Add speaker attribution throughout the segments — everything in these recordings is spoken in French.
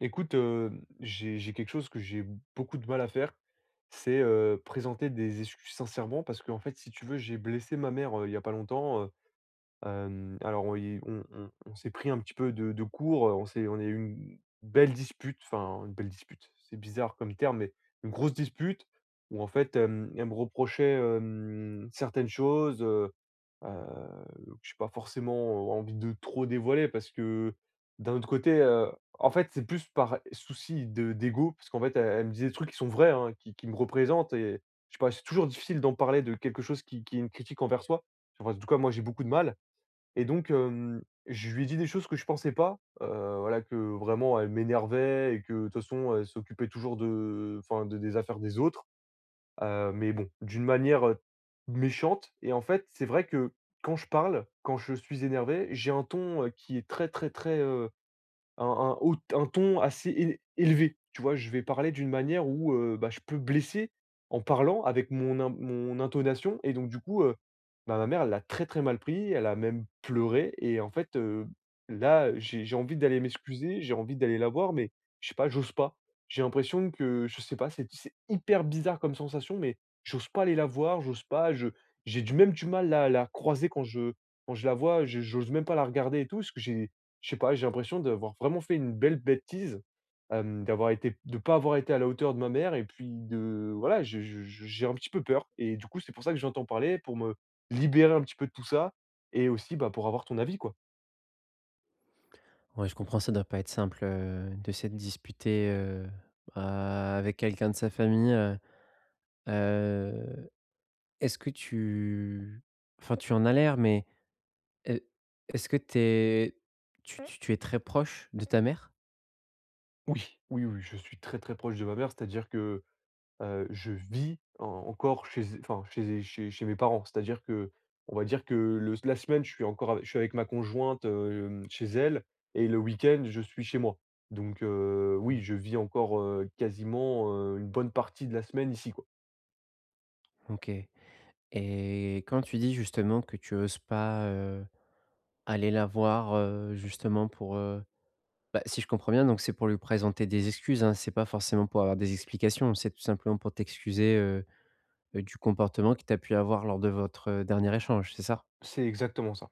Speaker 1: Écoute, heu, j'ai quelque chose que j'ai beaucoup de mal à faire, c'est, présenter des excuses sincèrement parce que en fait, si tu veux, j'ai blessé ma mère, il y a pas longtemps, alors on y on on s'est pris un petit peu de court, on a eu une belle dispute, enfin une belle dispute, c'est bizarre comme terme, mais une grosse dispute où en fait, elle me reprochait, certaines choses, je n'ai pas forcément envie de trop dévoiler parce que d'un autre côté, en fait, c'est plus par souci de d'ego parce qu'en fait, elle me dit des trucs qui sont vrais, hein, qui me représentent et je sais pas, c'est toujours difficile d'en parler de quelque chose qui est une critique envers soi. Enfin, en tout cas, moi, j'ai beaucoup de mal et donc je lui ai dit des choses que je pensais pas, voilà, que vraiment elle m'énervait et que de toute façon, elle s'occupait toujours de enfin, de des affaires des autres. Mais bon, d'une manière, méchante. Et en fait, c'est vrai que quand je parle, quand je suis énervé, j'ai un ton, qui est très, très, très, un ton assez é élevé, tu vois? Je vais parler d'une manière où, bah, je peux blesser en parlant avec mon intonation, et donc du coup, bah, ma mère elle l'a très, très mal pris, elle a même pleuré. Et en fait, là, j'ai envie d'aller m'excuser, j'ai envie d'aller la voir, mais je sais pas, j'ose pas. J'ai l'impression que je sais pas, c'est hyper bizarre comme sensation, mais j'ose pas aller la voir, j'ose pas, je j'ai du mal là, à la croiser quand je la vois, je j'ose même pas la regarder et tout parce que j'ai je sais pas, j'ai l'impression d'avoir vraiment fait une belle bêtise, d'avoir été de pas avoir été à la hauteur de ma mère, et puis de voilà, je j'ai un petit peu peur et du coup, c'est pour ça que j'entends parler, pour me libérer un petit peu de tout ça, et aussi, bah, pour avoir ton avis, quoi.
Speaker 2: Ouais, je comprends, ça doit pas être simple, de s'être disputé, a avec quelqu'un de sa famille, heu, est-ce que tu enfin, tu en as l'air, mais est est-ce que tu es tu es très proche de ta mère?
Speaker 1: Oui, oui, oui, je suis très, très proche de ma mère, c'est-à-dire que je vis en encore chez enfin chez chez chez mes parents. C'est-à-dire que, on va dire que le la semaine, je suis encore ave je suis avec ma conjointe, chez elle, et le week-end, je suis chez moi. Donc oui, je vis encore, quasiment, une bonne partie de la semaine ici, quoi.
Speaker 2: OK. Et quand tu dis justement que tu oses pas, aller la voir, justement pour, bah, si je comprends bien donc c'est pour lui présenter des excuses, hein? C'est pas forcément pour avoir des explications, c'est tout simplement pour t'excuser, du comportement que tu as pu avoir lors de votre, dernier échange, c'est ça?
Speaker 1: C'est exactement ça.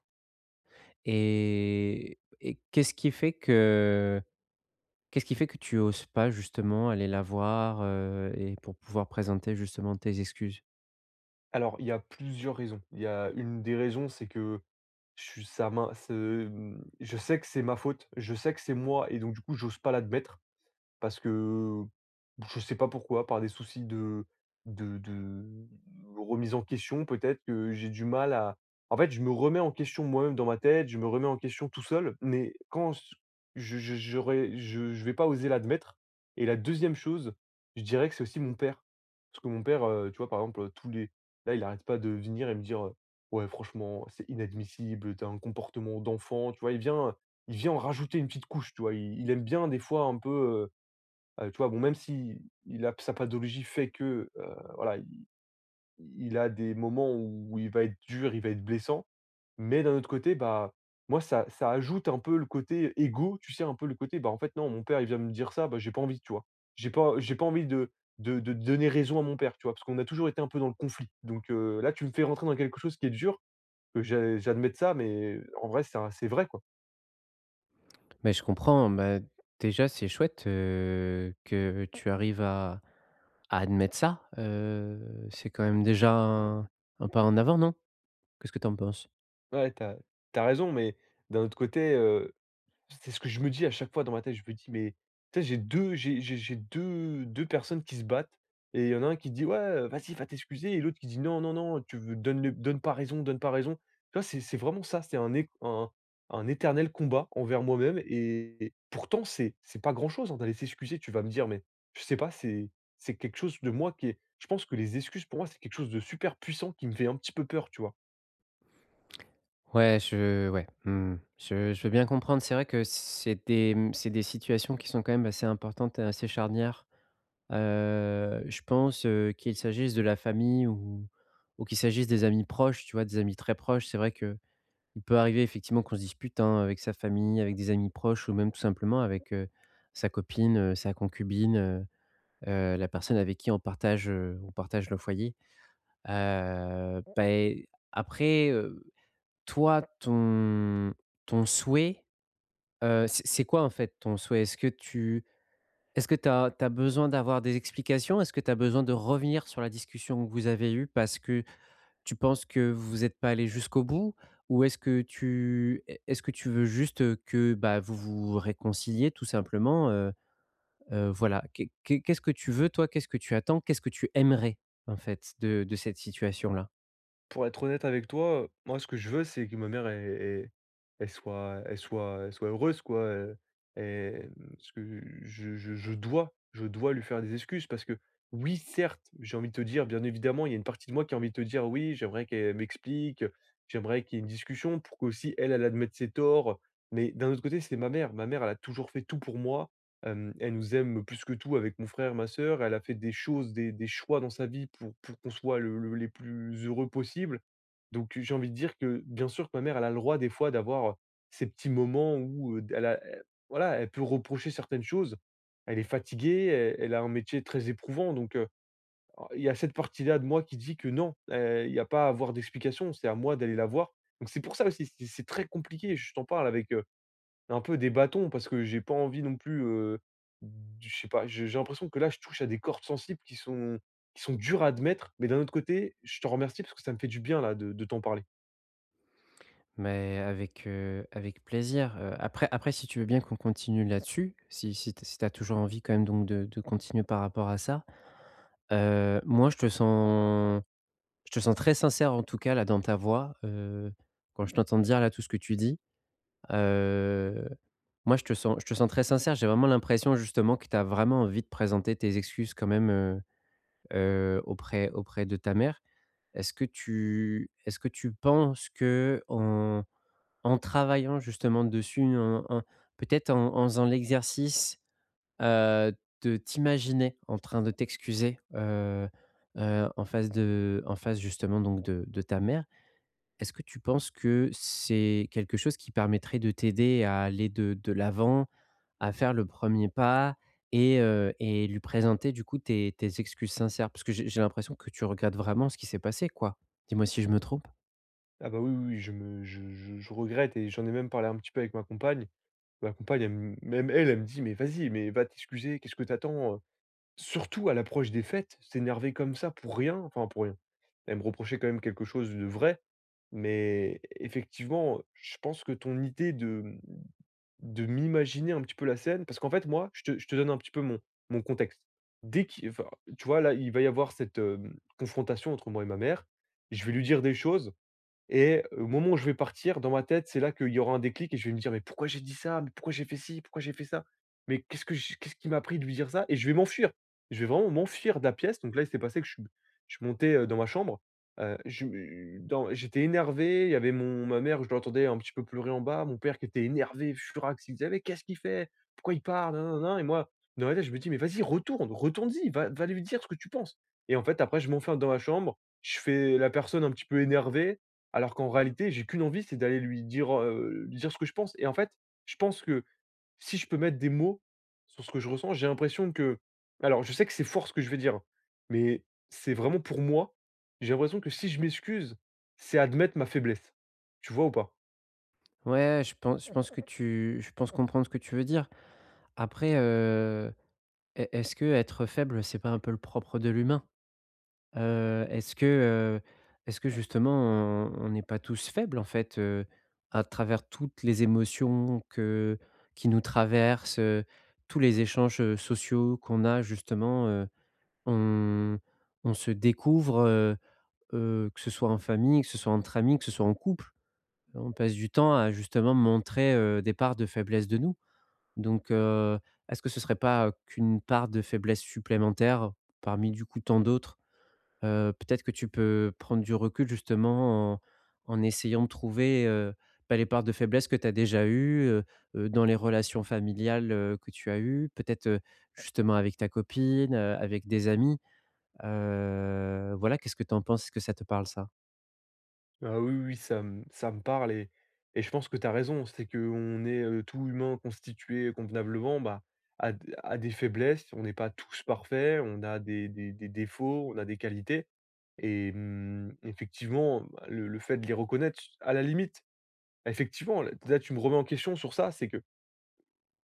Speaker 2: Et et qu'est-ce qui fait que tu oses pas justement aller la voir, et pour pouvoir présenter justement tes excuses?
Speaker 1: Alors, il y a plusieurs raisons. Il y a une des raisons, c'est que je suis ça m'in ce, mmh, je sais que c'est ma faute, je sais que c'est moi, et donc du coup, j'ose pas l'admettre. Parce que je sais pas pourquoi, par des soucis de de de remise en question, peut-être que j'ai du mal à en fait, je me remets en question moi-même dans ma tête, je me remets en question tout seul, mais quand s je j'aurais je vais pas oser l'admettre. Et la deuxième chose, je dirais que c'est aussi mon père. Parce que mon père, tu vois, par exemple, tous les là, il arrête pas de venir et me dire, «Ouais, franchement, c'est inadmissible, t'as un comportement d'enfant», tu vois? Il vient en rajouter une petite couche, tu vois? Il aime bien des fois un peu, tu vois? Bon, même si il a sa pathologie fait que, voilà, il a des moments où il va être dur, il va être blessant. Mais d'un autre côté, bah, moi, ça ajoute un peu le côté égo, tu sais? Un peu le côté, bah, en fait, non, mon père, il vient me dire ça, bah, j'ai pas envie, tu vois? J'ai pas envie de donner raison à mon père, tu vois? Parce qu'on a toujours été un peu dans le conflit. Donc là, tu me fais rentrer dans quelque chose qui est dur, que j'admette ça, mais en vrai, c'est vrai, quoi.
Speaker 2: Mais je comprends, bah, déjà c'est chouette, que tu arrives à admettre ça, c'est quand même déjà un pas en avant, non? Qu'est-ce que tu en penses?
Speaker 1: Ouais, t'as raison, mais d'un autre côté, c'est ce que je me dis à chaque fois dans ma tête. Je me dis: «Mais tu sais, j'ai 2 2 personnes qui se battent et il y en a un qui dit: "Ouais, vas-y, va t'excuser" et l'autre qui dit: "Non, non, non, tu veux donne pas raison, donne pas raison". Tu vois? C'est vraiment ça, c'est un éternel combat envers moi-même, et pourtant c'est pas grand-chose, hein, d'aller s'excuser. Tu vas me dire, mais je sais pas, c'est quelque chose de moi qui est je pense que les excuses pour moi, c'est quelque chose de super puissant qui me fait un petit peu peur, tu vois?
Speaker 2: Ouais, je ouais, mmh, je veux bien comprendre. C'est vrai que c'est des, c'est des situations qui sont quand même assez importantes et assez charnières. Je pense, qu'il s'agisse de la famille ou qu'il s'agisse des amis proches, tu vois? Des amis très proches. C'est vrai que il peut arriver effectivement qu'on se dispute, hein, avec sa famille, avec des amis proches ou même tout simplement avec, sa copine, sa concubine, la personne avec qui on partage le foyer. Beh, après, ton souhait, c'est quoi, en fait, ton souhait? Est-ce que tu as besoin d'avoir des explications? Est-ce que tu as besoin de revenir sur la discussion que vous avez eue parce que tu penses que vous n'êtes pas allés jusqu'au bout? Ou est-ce que tu veux juste, que, bah, vous vous réconciliez tout simplement. Voilà, qu'est-ce que tu veux toi? Qu'est-ce que tu attends? Qu'est-ce que tu aimerais en fait de cette situation-là?
Speaker 1: Pour être honnête avec toi, moi, ce que je veux, c'est que ma mère, elle soit heureuse, quoi, et parce que je dois lui faire des excuses parce que, oui, certes, j'ai envie de te dire, bien évidemment, il y a une partie de moi qui a envie de te dire: «Oui, j'aimerais qu'elle m'explique, j'aimerais qu'il y ait une discussion pour qu'aussi elle, elle admette ses torts», mais d'un autre côté, c'est ma mère. Ma mère, elle a toujours fait tout pour moi. Elle nous aime plus que tout avec mon frère, ma sœur. Elle a fait des choses, des choix dans sa vie pour qu'on soit le les plus heureux possible. Donc j'ai envie de dire que, bien sûr que ma mère, elle a le droit des fois d'avoir ces petits moments où, elle voilà, elle peut reprocher certaines choses. Elle est fatiguée, elle a un métier très éprouvant, donc ah, il y a cette partie-là de moi qui dit que non, il n'y a pas à avoir d'explication, c'est à moi d'aller la voir. Donc c'est pour ça aussi, c'est très compliqué, je t'en parle avec, un peu des bâtons parce que j'ai pas envie non plus, d je sais pas, j'ai l'impression que là, je touche à des cordes sensibles qui sont dures à admettre, mais d'un autre côté, je te remercie parce que ça me fait du bien là de t'en parler.
Speaker 2: Mais avec, avec plaisir. Après si tu veux bien qu'on continue là-dessus, si as toujours envie quand même donc de continuer par rapport à ça, moi je te sens. Je te sens très sincère, en tout cas, là, dans ta voix, quand je t'entends dire, là, tout ce que tu dis. Heu, Moi, je te sens très sincère. J'ai vraiment l'impression, justement, que tu as vraiment envie de présenter tes excuses quand même, auprès de ta mère. Est-ce que tu penses que en travaillant, justement, dessus, en en peut-être en faisant l'exercice, heu, de t'imaginer en train de t'excuser, en face de en face, justement, donc de ta mère, est-ce que tu penses que c'est quelque chose qui permettrait de t'aider à aller de l'avant, à faire le premier pas et et lui présenter du coup tes excuses sincères? Parce que j'ai l'impression que tu regrettes vraiment ce qui s'est passé, quoi. Dis-moi si je me trompe?
Speaker 1: Ah bah, oui, oui, oui, je me je regrette, et j'en ai même parlé un petit peu avec ma compagne. Ma compagne, elle m même elle, elle me dit: «Mais vas-y, mais va t'excuser, qu'est-ce que t'attends attends, surtout à l'approche des fêtes, s'énerver comme ça pour rien, enfin pour rien. Elle me reprochait quand même quelque chose de vrai, mais effectivement, je pense que ton idée de, mmh de m'imaginer un petit peu la scène parce qu'en fait, moi, je te donne un petit peu mon contexte. Dès qu'il enfin, tu vois, là, il va y avoir cette, confrontation entre moi et ma mère. Je vais lui dire des choses, et au moment où je vais partir, dans ma tête, c'est là qu'il y aura un déclic et je vais me dire: «Mais pourquoi j'ai dit ça? Mais pourquoi j'ai fait ci? Pourquoi j'ai fait ça? Mais qu'est-ce que j qu'est-ce qui m'a pris de lui dire ça?» Et je vais m'enfuir. Je vais vraiment m'enfuir de la pièce. Donc là, il s'est passé que je suis monté, dans ma chambre, je me dans j'étais énervé, il y avait mon ma mère, je l'entendais un petit peu pleurer en bas, mon père qui était énervé, furax, il me disait: «Mais qu'est-ce qu'il fait? Pourquoi il part? Nin nin nin». Et moi, dans ma tête, je me dis: «Mais vas-y, retourne, retourne-y, va lui dire ce que tu penses». Et en fait, après, je m'enferme dans ma chambre, je fais la personne un petit peu énervée, alors qu'en réalité, j'ai qu'une envie, c'est d'aller lui dire ce que je pense. Et en fait, je pense que si je peux mettre des mots sur ce que je ressens, j'ai l'impression que alors je sais que c'est fort ce que je vais dire, hein, mais c'est vraiment pour moi, j'ai l'impression que si je m'excuse, c'est admettre ma faiblesse. Tu vois ou pas?
Speaker 2: Ouais, je pense que tu je pense comprendre ce que tu veux dire. Après, est-ce que être faible, c'est pas un peu le propre de l'humain? Est-ce que, est-ce que justement on n'est pas tous faibles en fait, à travers toutes les émotions que qui nous traversent, tous les échanges, sociaux qu'on a justement, on on se découvre, que ce soit en famille, que ce soit entre amis, que ce soit en couple. On passe du temps à justement montrer, des parts de faiblesse de nous. Donc, est-ce que ce serait pas, qu'une part de faiblesse supplémentaire parmi du coup tant d'autres? Peut-être que tu peux prendre du recul justement en essayant de trouver, bah, les parts de faiblesse que tu as déjà eues, dans les relations familiales, que tu as eues. Peut-être, justement avec ta copine, avec des amis. Voilà, qu'est-ce que tu en penses? Est-ce que ça te parle ça?
Speaker 1: Ah oui, oui, ça me parle, et je pense que tu as raison. C'est qu'on est, tout humain constitué convenablement, bah, à d a des faiblesses, on n'est pas tous parfaits, on a des défauts, on a des qualités, et effectivement, bah, le fait de les reconnaître, à la limite, effectivement, là, tu me remets en question sur ça, c'est que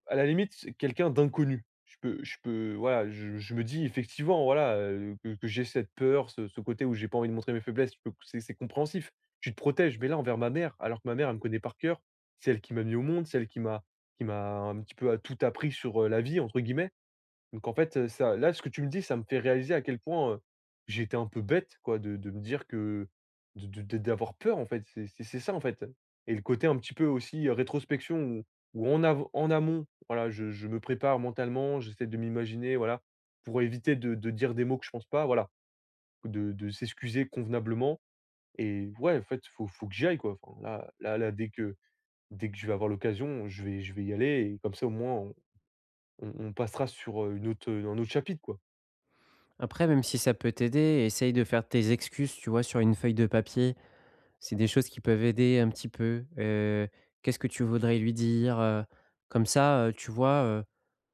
Speaker 1: à la limite, c'est quelqu'un d'inconnu. Je peux voilà, je me dis effectivement, voilà, que j'ai cette peur, ce côté où j'ai pas envie de montrer mes faiblesses, je peux c'est compréhensif. Tu te protèges, mais là, envers ma mère, alors que ma mère, elle me connaît par cœur. C'est elle qui m'a mis au monde, c'est elle qui m'a un petit peu, à tout appris sur, «la vie» entre guillemets. Donc en fait, ça là, ce que tu me dis, ça me fait réaliser à quel point, j'étais un peu bête quoi de me dire que de d'avoir peur en fait, c'est ça en fait, et le côté un petit peu aussi, rétrospection où en amont, voilà, je me prépare mentalement, j'essaie de m'imaginer, voilà, pour éviter de dire des mots que je pense pas, voilà, de s'excuser convenablement, et ouais, en fait, faut que j'y aille quoi. Enfin là, dès que je vais avoir l'occasion, je vais y aller, et comme ça, au moins, on passera sur, un autre chapitre quoi.
Speaker 2: Après, même si ça peut t'aider, essaye de faire tes excuses, tu vois, sur une feuille de papier. C'est des choses qui peuvent aider un petit peu. Qu'est-ce que tu voudrais lui dire, heu? Comme ça, tu vois,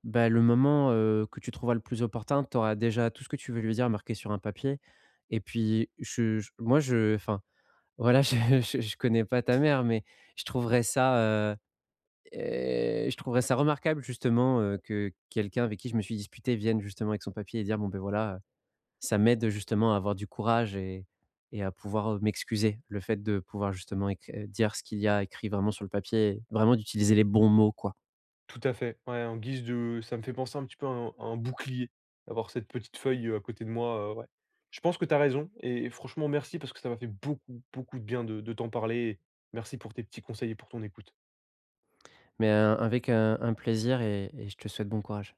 Speaker 2: bah, le moment, que tu trouveras le plus opportun, tu auras déjà tout ce que tu veux lui dire marqué sur un papier. Et puis je moi, je enfin, voilà, je connais pas ta mère, mais je trouverais ça, heu je trouverais ça remarquable justement, que quelqu'un avec qui je me suis disputé vienne justement avec son papier et dire: «Bon, ben voilà, ça m'aide justement à avoir du courage et à pouvoir, m'excuser. Le fait de pouvoir justement éc dire ce qu'il y a écrit vraiment sur le papier et vraiment d'utiliser les bons mots, quoi.
Speaker 1: Tout à fait, ouais, en guise de ça me fait penser un petit peu à un bouclier, d'avoir cette petite feuille, à côté de moi, ouais. Je pense que tu as raison, et franchement merci parce que ça m'a fait beaucoup, beaucoup de bien de t'en parler. Merci pour tes petits conseils et pour ton écoute.
Speaker 2: Mais, avec, un plaisir et je te souhaite bon courage.